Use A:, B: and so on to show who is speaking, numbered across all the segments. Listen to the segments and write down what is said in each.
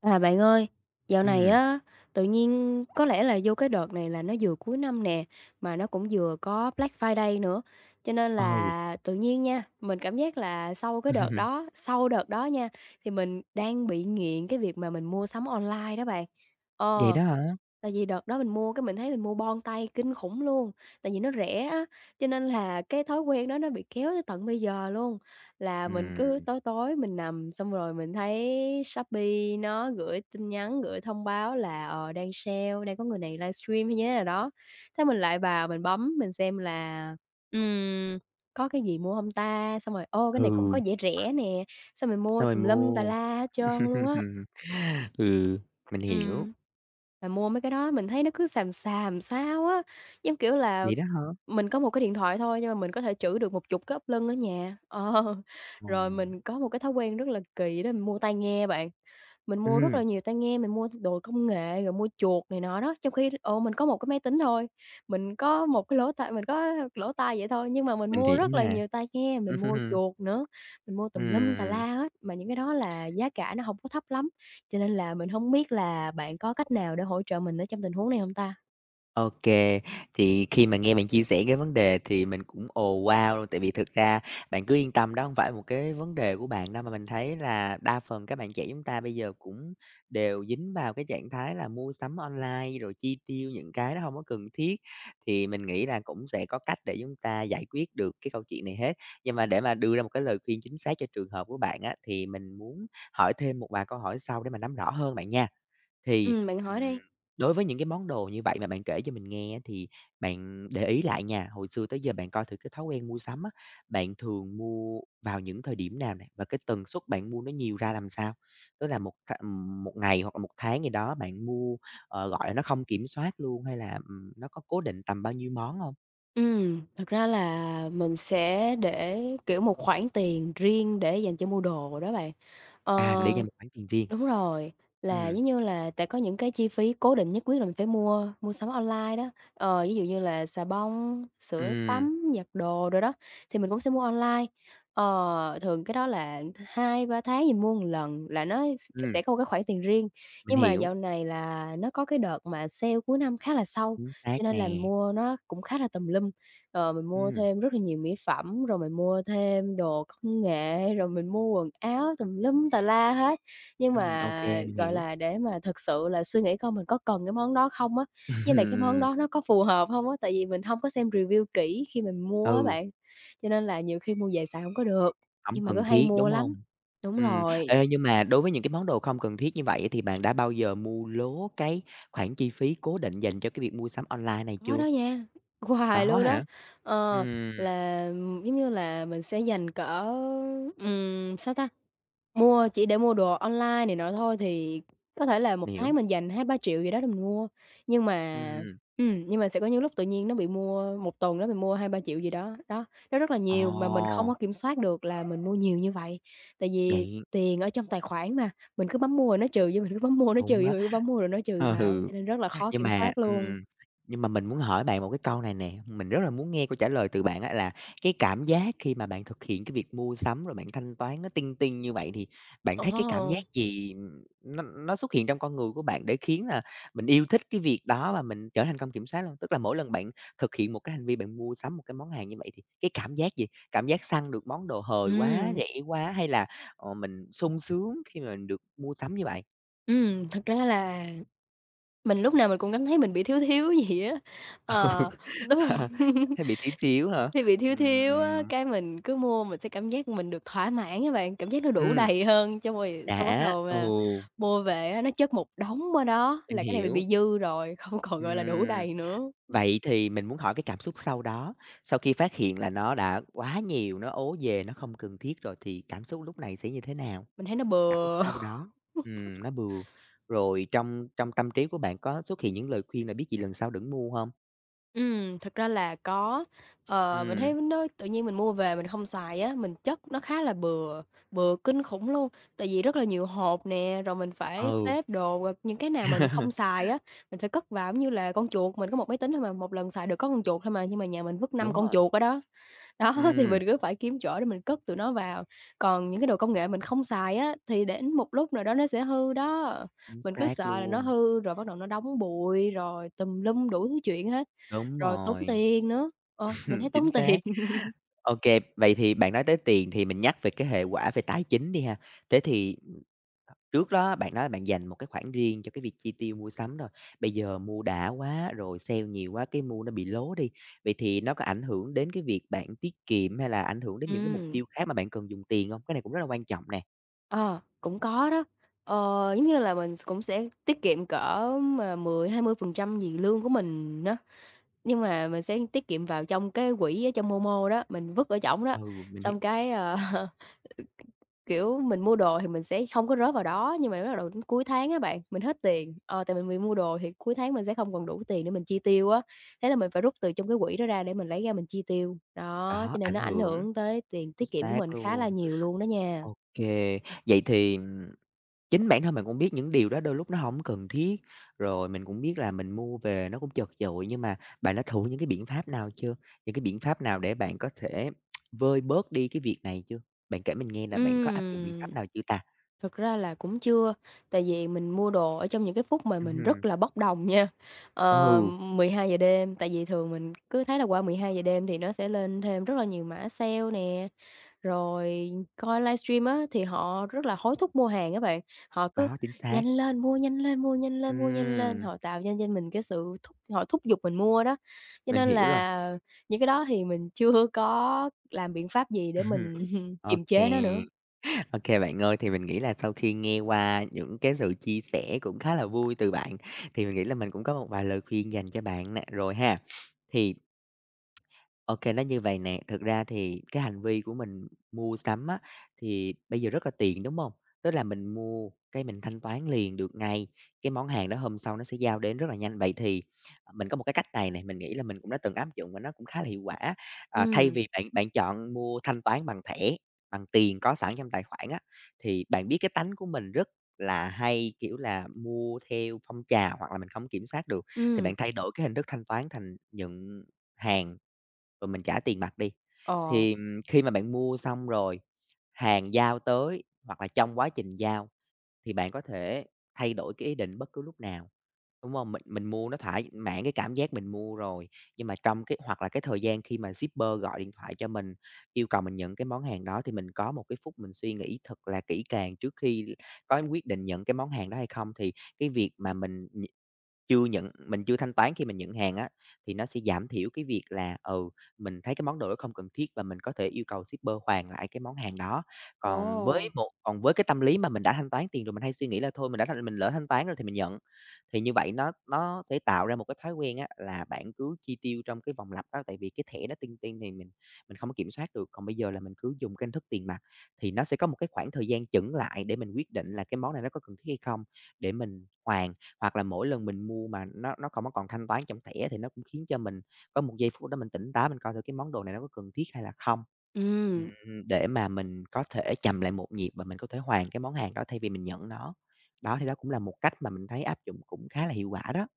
A: À, bạn ơi, dạo này
B: Ừm,
A: á, tự nhiên có lẽ là vô cái đợt này là nó vừa cuối năm nè, mà nó cũng vừa có Black Friday nữa. Cho nên
B: ừ,
A: là tự nhiên nha, mình cảm giác là sau cái đợt đó sau đợt đó nha, thì mình đang bị nghiện cái việc mà mình mua sắm online đó bạn.
B: vậy
A: Ờ.
B: đó hả?
A: Tại vì đợt đó mình mua cái mình thấy mình mua bon tay kinh khủng luôn, tại vì nó rẻ á, cho nên là cái thói quen đó nó bị kéo tới tận bây giờ luôn. Là mình cứ
B: Ừm,
A: tối tối mình nằm xong rồi mình thấy Shopee nó gửi tin nhắn, gửi thông báo là, đang sale, đang có người này livestream hay như thế nào đó. Thế mình lại vào mình bấm mình xem là, ừm, có cái gì mua không ta? Xong rồi, ô, cái này cũng
B: ừ,
A: có vẻ rẻ nè, xong mình mua
B: sao
A: tùm
B: bạn
A: lum tà
B: mua?
A: la hết trơn luôn á.
B: Ừ, mình hiểu,
A: Ừm. Mà mua mấy cái đó mình thấy nó cứ xàm xàm sao á, giống kiểu là
B: vậy đó hả?
A: mình có một cái điện thoại thôi nhưng mà mình có thể trữ được một chục cái ốp lưng ở nhà. Ờ,
B: Ồ,
A: rồi mình có một cái thói quen rất là kỳ đó mình mua tai nghe bạn. Mình mua rất là
B: ừm,
A: nhiều tai nghe, mình mua đồ công nghệ rồi mua chuột này nọ đó, trong khi ồ, mình có một cái máy tính thôi, mình có một cái lỗ tai mình có lỗ tai vậy thôi, nhưng mà mình
B: mình
A: mua
B: hiểu
A: rất là
B: mà.
A: nhiều tai nghe, mình mua chuột nữa, mình mua tùm lum tà
B: Ừm.
A: la hết, mà những cái đó là giá cả nó không có thấp lắm. Cho nên là mình không biết là bạn có cách nào để hỗ trợ mình ở trong tình huống này không ta?
B: OK, thì khi mà nghe bạn chia sẻ cái vấn đề thì mình cũng ồ "wow" luôn, tại vì thực ra bạn cứ yên tâm đó, không phải một cái vấn đề của bạn đâu, mà mình thấy là đa phần các bạn trẻ chúng ta bây giờ cũng đều dính vào cái trạng thái là mua sắm online rồi chi tiêu những cái đó không có cần thiết. Thì mình nghĩ là cũng sẽ có cách để chúng ta giải quyết được cái câu chuyện này hết. Nhưng mà để mà đưa ra một cái lời khuyên chính xác cho trường hợp của bạn á, thì mình muốn hỏi thêm một vài câu hỏi sau để mà nắm rõ hơn bạn nha. Thì,
A: Bạn hỏi
B: ừm,
A: đi.
B: đối với những cái món đồ như vậy mà bạn kể cho mình nghe á, thì bạn để ý lại nha, hồi xưa tới giờ bạn coi thử cái thói quen mua sắm á, bạn thường mua vào những thời điểm nào này. Và cái tần suất bạn mua nó nhiều ra làm sao? Tức là một ngày hoặc là một tháng gì đó bạn mua, ờ, gọi là, nó không kiểm soát luôn hay là, nó có cố định tầm bao nhiêu món không?
A: Thật ra là mình sẽ để, kiểu, một khoản tiền riêng để dành cho mua đồ đó bạn. Ờ.
B: À, để dành một khoản tiền riêng.
A: Đúng rồi, là
B: Ừm,
A: giống như là tại có những cái chi phí cố định nhất quyết là mình phải mua mua sắm online đó. Ờ, ví dụ như là xà bông, sữa
B: ừm,
A: tắm, giặt đồ rồi đó, thì mình cũng sẽ mua online. Ờ, thường cái đó là 2-3 tháng thì mua một lần là nó
B: ừm,
A: sẽ có một cái khoản tiền riêng.
B: mình
A: Nhưng mà
B: hiểu,
A: dạo này là nó có cái đợt mà sale cuối năm khá là sâu,
B: chính xác
A: cho nên là mình
B: nè.
A: mua nó cũng khá là tùm lum. Ờ, mình mua
B: Ừm,
A: thêm rất là nhiều mỹ phẩm, rồi mình mua thêm đồ công nghệ, rồi mình mua quần áo tùm lum tà la hết. Nhưng
B: ok,
A: mà,
B: mình
A: gọi
B: hiểu.
A: là, để mà thực sự là suy nghĩ coi mình có cần cái món đó không á, với lại cái món đó nó có phù hợp không á, tại vì mình hông có xem review kỹ khi mình mua á
B: Ừ.
A: bạn, cho nên là nhiều khi mua về xài hông có được,
B: Hổng
A: nhưng mà cứ
B: cần
A: hay
B: thiết,
A: mua
B: đúng
A: lắm.
B: hông?
A: Đúng rồi.
B: Ê, nhưng mà đối với những cái món đồ không cần thiết như vậy thì bạn đã bao giờ mua lố cái khoản chi phí cố định dành cho cái việc mua sắm online này
A: Có
B: chưa?
A: đó nha, hoài
B: Có
A: luôn đó.
B: hả?
A: Ờ,
B: Ừm,
A: là, giống như là, mình sẽ dành cỡ, sao ta, mua chỉ để mua đồ online này nọ thôi thì có thể là một
B: mình hiểu,
A: tháng mình dành 2-3 triệu gì đó để mình mua. Nhưng mà
B: ừm,
A: nhưng mà sẽ có những lúc tự nhiên nó bị mua một tuần đó mình mua 2-3 triệu gì đó, đó, nó rất là
B: ồ,
A: nhiều mà mình không có kiểm soát được là mình mua nhiều như vậy. Tại vì
B: vậy
A: tiền ở trong tài khoản mà, mình cứ bấm mua rồi nó trừ vô, mình cứ bấm mua nó trừ
B: đúng
A: vô,
B: đó,
A: mình cứ bấm mua rồi nó trừ vào,
B: ừ.
A: cho nên rất là khó
B: Nhưng
A: kiểm
B: mà
A: soát luôn.
B: ừm, nhưng mà mình muốn hỏi bạn một cái câu này nè, mình rất là muốn nghe câu trả lời từ bạn á, là cái cảm giác khi mà bạn thực hiện cái việc mua sắm rồi bạn thanh toán nó tinh tinh như vậy thì bạn thấy cái cảm
A: Ờ.
B: giác gì, nó xuất hiện trong con người của bạn để khiến là mình yêu thích cái việc đó và mình trở thành công kiểm soát luôn? Tức là mỗi lần bạn thực hiện một cái hành vi bạn mua sắm một cái món hàng như vậy thì cái cảm giác gì? Cảm giác săn được món đồ hời quá,
A: Ừm,
B: rẻ quá hay là, ờ, mình sung sướng khi mà mình được mua sắm như vậy?
A: thật ra là mình lúc nào mình cũng cảm thấy mình bị thiếu thiếu gì á, ờ, đúng hông?
B: Thấy bị tí xíu hả?
A: Thì bị thiếu thiếu á,
B: Ừm.
A: cái mình cứ mua mình sẽ cảm giác mình được thỏa mãn á bạn, cảm giác nó đủ
B: Ừm,
A: đầy hơn, xong rồi xong bắt
B: đã,
A: đầu
B: ừ,
A: là mua về á, nó chất một đống ở đó
B: mình
A: là cái này bị
B: hiểu.
A: bị dư rồi, không còn, gọi là, đủ
B: Ừm,
A: đầy nữa,
B: vậy thì mình muốn hỏi cái cảm xúc sau đó, sau khi phát hiện là nó đã quá nhiều, nó ố về, nó không cần thiết rồi thì cảm xúc lúc này sẽ như thế nào?
A: mình thấy nó
B: Cảm xúc
A: bừa.
B: sau đó, nó bừa. Rồi trong trong tâm trí của bạn có xuất hiện những lời khuyên là biết gì lần sau đừng mua hông?
A: Thật ra là có. Ờ, mình thấy
B: Ừm,
A: nó tự nhiên mình mua về mình không xài á, mình chất nó khá là bừa, bừa kinh khủng luôn. Tại vì rất là nhiều hộp nè, rồi mình phải
B: ừ,
A: xếp đồ, rồi những cái nào mình không xài á, mình phải cất vào. Giống như là con chuột, mình có một máy tính thôi mà, một lần xài được có con chuột thôi mà, nhưng mà nhà mình vứt năm
B: đúng
A: con
B: rồi,
A: chuột ở đó. Đó, thì
B: ừm,
A: mình cứ phải kiếm chỗ để mình cất tụi nó vào. Còn những cái đồ công nghệ mình không xài á, thì đến một lúc nào đó nó sẽ hư đó.
B: chính
A: Mình cứ
B: xác
A: sợ là nó
B: luôn,
A: hư rồi bắt đầu nó đóng bụi, rồi tùm lum đủ thứ chuyện hết.
B: đúng
A: Rồi tốn
B: rồi,
A: tiền nữa, ờ, mình thấy
B: chính
A: tốn
B: xác.
A: tiền.
B: OK, vậy thì bạn nói tới tiền thì mình nhắc về cái hệ quả về tài chính đi ha. Thế thì, trước đó bạn nói là bạn dành một cái khoản riêng cho cái việc chi tiêu mua sắm rồi, bây giờ mua đã quá rồi, sale nhiều quá cái mua nó bị lố đi, vậy thì nó có ảnh hưởng đến cái việc bạn tiết kiệm hay là ảnh hưởng đến những cái mục
A: Ừm.
B: tiêu khác mà bạn cần dùng tiền không? Cái này cũng rất là quan trọng nè.
A: Ờ, cũng có đó. Ờ, giống như là mình cũng sẽ tiết kiệm cỡ mà 10-20% gì lương của mình đó, nhưng mà mình sẽ tiết kiệm vào trong cái quỹ ở trong Momo đó, mình vứt ở trỏng đó,
B: Ừ, mình hiệp,
A: xong cái, ờ. Kiểu, mình mua đồ thì mình sẽ không có rớt vào đó, nhưng mà bắt đầu đến cuối tháng á bạn, mình hết tiền, ờ, tại mình vì mua đồ thì cuối tháng mình sẽ không còn đủ tiền để mình chi tiêu á, thế là mình phải rút từ trong cái quỹ đó ra để mình lấy ra mình chi tiêu. Đó, cho
B: đó,
A: nên
B: ảnh
A: nó ảnh
B: hưởng,
A: hưởng tới tiền
B: chính
A: tiết kiệm của
B: xác
A: mình khá là
B: luôn.
A: nhiều luôn đó nha.
B: OK, vậy thì, chính bản thân mình cũng biết những điều đó đôi lúc nó không cần thiết, rồi mình cũng biết là mình mua về nó cũng chật chội, nhưng mà bạn đã thử những cái biện pháp nào chưa? Những cái biện pháp nào để bạn có thể vơi bớt đi cái việc này chưa? Bạn kể mình nghe là bạn có áp dụng biện
A: Ừm.
B: pháp nào chưa ta?
A: Thực ra là cũng chưa, tại vì mình mua đồ ở trong những cái phút mà mình
B: Ừm,
A: rất là bốc đồng nha, ờ,
B: ừ,
A: 12 giờ đêm, tại vì thường mình cứ thấy là qua 12 giờ đêm thì nó sẽ lên thêm rất là nhiều mã sale nè. Rồi coi livestream á, thì họ rất là hối thúc mua hàng á bạn, họ cứ
B: đó, chính xác.
A: "Nhanh lên, mua nhanh lên, mua nhanh lên, mua nhanh lên!"
B: Ừm,
A: Họ tạo ra cho mình cái sự thúc giục mình mua đó. Cho
B: mình
A: nên
B: hiểu rồi.
A: là những cái đó thì mình chưa có làm biện pháp gì để mình kiềm
B: OK,
A: chế nó nữa.
B: OK, bạn ơi, thì mình nghĩ là sau khi nghe qua những cái sự chia sẻ cũng khá là vui từ bạn, thì mình nghĩ là mình cũng có một vài lời khuyên dành cho bạn nè rồi ha. Thì OK, nó như vậy nè, thực ra thì cái hành vi của mình mua sắm á, thì bây giờ rất là tiện, đúng không? Tức là mình mua cái mình thanh toán liền được ngay, cái món hàng đó hôm sau nó sẽ giao đến rất là nhanh. Vậy thì, ờ, mình có một cái cách này này, mình nghĩ là mình cũng đã từng áp dụng và nó cũng khá là hiệu quả. Ờ, thay
A: Ừm,
B: vì bạn bạn chọn mua thanh toán bằng thẻ, bằng tiền có sẵn trong tài khoản á, thì bạn biết cái tánh của mình rất là hay, kiểu là, mua theo phong trào hoặc là mình không kiểm soát được, thì
A: ừm.
B: bạn thay đổi cái hình thức thanh toán thành nhận hàng. Rồi mình trả tiền mặt đi.
A: Ờ.
B: Thì, khi mà bạn mua xong rồi, hàng giao tới hoặc là trong quá trình giao thì bạn có thể thay đổi cái ý định bất cứ lúc nào, đúng không? Mình mua nó thỏa mãn cái cảm giác mình mua rồi, nhưng mà trong cái hoặc là cái thời gian khi mà shipper gọi điện thoại cho mình, yêu cầu mình nhận cái món hàng đó thì mình có một cái phút mình suy nghĩ thật là kỹ càng trước khi có quyết định nhận cái món hàng đó hay không. Thì cái việc mà mình chưa nhận mình chưa thanh toán khi mình nhận hàng á, thì nó sẽ giảm thiểu cái việc là, ừ, mình thấy cái món đồ đó không cần thiết và mình có thể yêu cầu shipper hoàn lại cái món hàng đó. Còn với
A: Ồ!
B: một còn với cái tâm lý mà mình đã thanh toán tiền rồi, mình hay suy nghĩ là thôi mình lỡ thanh toán rồi thì mình nhận. Thì như vậy nó sẽ tạo ra một cái thói quen á, là bạn cứ chi tiêu trong cái vòng lặp đó, tại vì cái thẻ đó tiên tiên thì mình không có kiểm soát được, còn bây giờ là mình cứ dùng cái hình thức tiền mặt thì nó sẽ có một cái khoảng thời gian chững lại để mình quyết định là cái món này nó có cần thiết hay không, để mình hoàn. Hoặc là mỗi lần mình mua mà nó không có còn thanh toán trong thẻ thì nó cũng khiến cho mình có một giây phút đó mình tỉnh táo, mình coi thử cái món đồ này nó có cần thiết hay là không.
A: Ừm,
B: Để mà mình có thể chầm lại một nhịp và mình có thể hoàn cái món hàng đó thay vì mình nhận nó. Đó, thì đó cũng là một cách mà mình thấy áp dụng cũng khá là hiệu quả đó.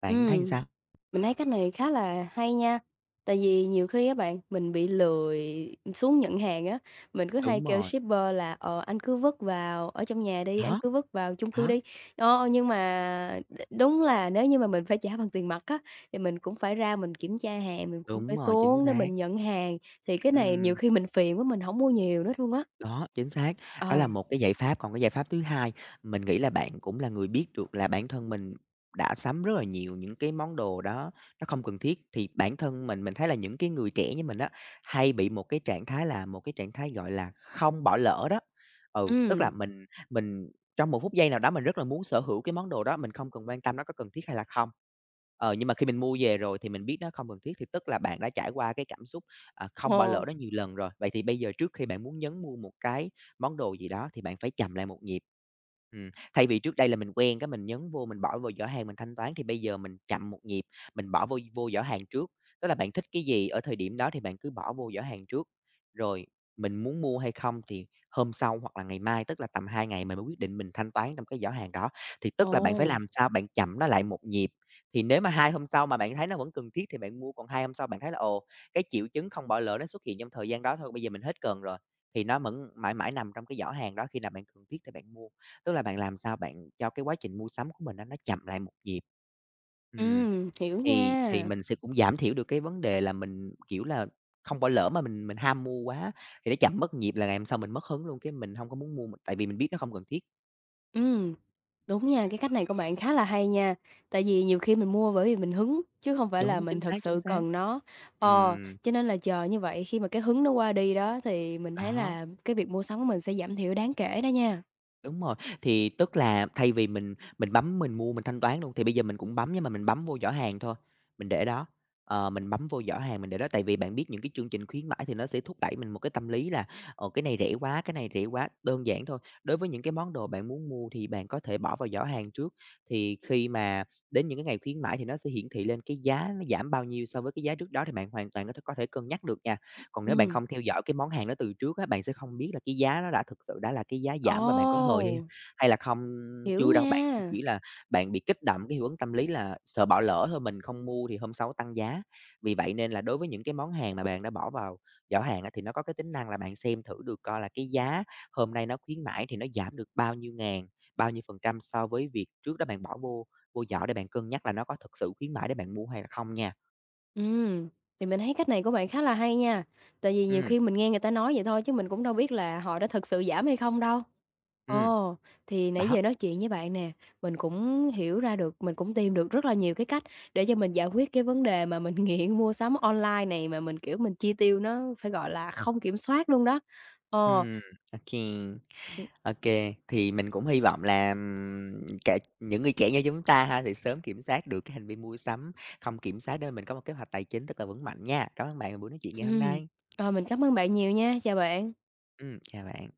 B: Bạn thấy
A: ừm.
B: sao?
A: Mình thấy cách này khá là hay nha, tại vì nhiều khi á bạn, mình bị lười xuống nhận hàng á, mình cứ hay
B: Đúng
A: kêu
B: rồi,
A: shipper là "Ờ, anh cứ vứt vào ở trong nhà đi, anh
B: đó,
A: cứ vứt vào chung cư
B: đó,
A: đi." Ờ, nhưng mà đúng là nếu như mà mình phải trả bằng tiền mặt á, thì mình cũng phải ra mình kiểm tra hàng, mình cũng
B: đúng
A: phải
B: rồi, chính
A: xuống để
B: xác.
A: mình nhận hàng, thì cái này nhiều
B: Ừm.
A: khi mình phiền quá mình không mua nhiều nữa luôn á.
B: Đó, chính xác, đó
A: Ờ,
B: là một cái giải pháp. Còn cái giải pháp thứ hai, mình nghĩ là bạn cũng là người biết được là bản thân mình đã sắm rất là nhiều những cái món đồ đó nó không cần thiết, thì bản thân mình thấy là những cái người trẻ như mình á, hay bị một cái trạng thái là một cái trạng thái, gọi là, không bỏ lỡ đó. Ừ, tức là
A: ừm,
B: mình trong một phút giây nào đó mình rất là muốn sở hữu cái món đồ đó, mình không cần quan tâm nó có cần thiết hay là không. Ờ, nhưng mà khi mình mua về rồi thì mình biết nó không cần thiết, thì tức là bạn đã trải qua cái cảm xúc à,
A: ồ,
B: không bỏ lỡ nó nhiều lần rồi. Vậy thì bây giờ trước khi bạn muốn nhấn mua một cái món đồ gì đó thì bạn phải chậm lại một nhịp. Thay vì trước đây là mình quen cái mình nhấn vô, mình bỏ vô giỏ hàng mình thanh toán thì bây giờ mình chậm một nhịp, mình bỏ vô vô giỏ hàng trước. Tức là bạn thích cái gì ở thời điểm đó thì bạn cứ bỏ vô giỏ hàng trước, rồi mình muốn mua hay không thì hôm sau hoặc là ngày mai, tức là tầm 2 ngày mình mới quyết định mình thanh toán trong cái giỏ hàng đó. Thì tức là bạn phải
A: ồ,
B: làm sao bạn chậm nó lại một nhịp. Thì nếu mà 2 hôm sau mà bạn thấy nó vẫn cần thiết thì bạn mua, còn 2 hôm sau bạn thấy là ồ, cái triệu chứng không bỏ lỡ nó xuất hiện trong thời gian đó thôi, bây giờ mình hết cần rồi, thì nó vẫn mãi mãi nằm trong cái giỏ hàng đó, khi nào bạn cần thiết thì bạn mua. Tức là bạn làm sao bạn cho cái quá trình mua sắm của mình á nó chậm lại một nhịp. Ừm,
A: hiểu
B: thì
A: nha,
B: mình sẽ cũng giảm thiểu được cái vấn đề là mình, kiểu là, không bỏ lỡ mà mình ham mua quá, thì nó chậm mất nhịp là ngày hôm sau mình mất hứng luôn, cái mình không có muốn mua, tại vì mình biết nó không cần thiết.
A: ừm. Đúng nha, cái cách này của bạn khá là hay nha. Tại vì nhiều khi mình mua bởi vì mình hứng chứ không phải là
B: Đúng,
A: mình
B: chính xác,
A: thật
B: chính
A: sự
B: xác.
A: cần nó. Ờ,
B: Ừm,
A: cho nên là chờ như vậy khi mà cái hứng nó qua đi đó thì mình thấy
B: đó.
A: là cái việc mua sắm của mình sẽ giảm thiểu đáng kể đó nha.
B: Đúng rồi, thì tức là thay vì mình bấm mình mua mình thanh toán luôn, thì bây giờ mình cũng bấm nhưng mà mình bấm vô giỏ hàng thôi, mình để đó. Ờ, mình bấm vô giỏ hàng mình để đó, tại vì bạn biết những cái chương trình khuyến mãi thì nó sẽ thúc đẩy mình một cái tâm lý là, ờ, cái này rẻ quá, cái này rẻ quá, đơn giản thôi. Đối với những cái món đồ bạn muốn mua thì bạn có thể bỏ vào giỏ hàng trước, thì khi mà đến những cái ngày khuyến mãi thì nó sẽ hiển thị lên cái giá nó giảm bao nhiêu so với cái giá trước đó, thì bạn hoàn toàn có thể cân nhắc được nha. Còn nếu bạn
A: Ừm.
B: không theo dõi cái món hàng đó từ trước á, bạn sẽ không biết là cái giá nó đã thực sự đã là cái giá giảm và bạn có hời hay
A: Ồ,
B: hay là không
A: hiểu
B: chưa đâu. Bạn
A: nha.
B: chỉ là bạn bị kích động cái hiệu ứng tâm lý là sợ bỏ lỡ thôi, mình không mua thì hôm sau tăng giá. Vì vậy nên là đối với những cái món hàng mà bạn đã bỏ vào giỏ hàng á, thì nó có cái tính năng là bạn xem thử được coi là cái giá hôm nay nó khuyến mãi thì nó giảm được bao nhiêu ngàn, bao nhiêu phần trăm so với việc trước đó bạn bỏ vô vô giỏ để bạn cân nhắc là nó có thực sự khuyến mãi để bạn mua hay là không nha.
A: Ừm, thì mình thấy cách này của bạn khá là hay nha. Tại vì nhiều
B: Ừ,
A: khi mình nghe người ta nói vậy thôi chứ mình cũng đâu biết là họ đã thật sự giảm hay không đâu.
B: ừ,
A: Ồ, thì nãy
B: đó,
A: giờ nói chuyện với bạn nè, mình cũng hiểu ra được, mình cũng tìm được rất là nhiều cái cách để cho mình giải quyết cái vấn đề mà mình nghiện mua sắm online này mà mình, kiểu, mình chi tiêu nó phải, gọi là, không kiểm soát luôn đó. Ờ,
B: ừ, ô,
A: thì
B: OK, thì mình cũng hy vọng là, kể những người trẻ như chúng ta ha, thì sớm kiểm soát được cái hành vi mua sắm, không kiểm soát để mình có một kế hoạch tài chính thật là vững mạnh nha. Cảm ơn bạn về buổi nói chuyện ngày hôm
A: ừm,
B: nay.
A: ờ, mình cảm ơn bạn nhiều nha, chào bạn.
B: Chào bạn.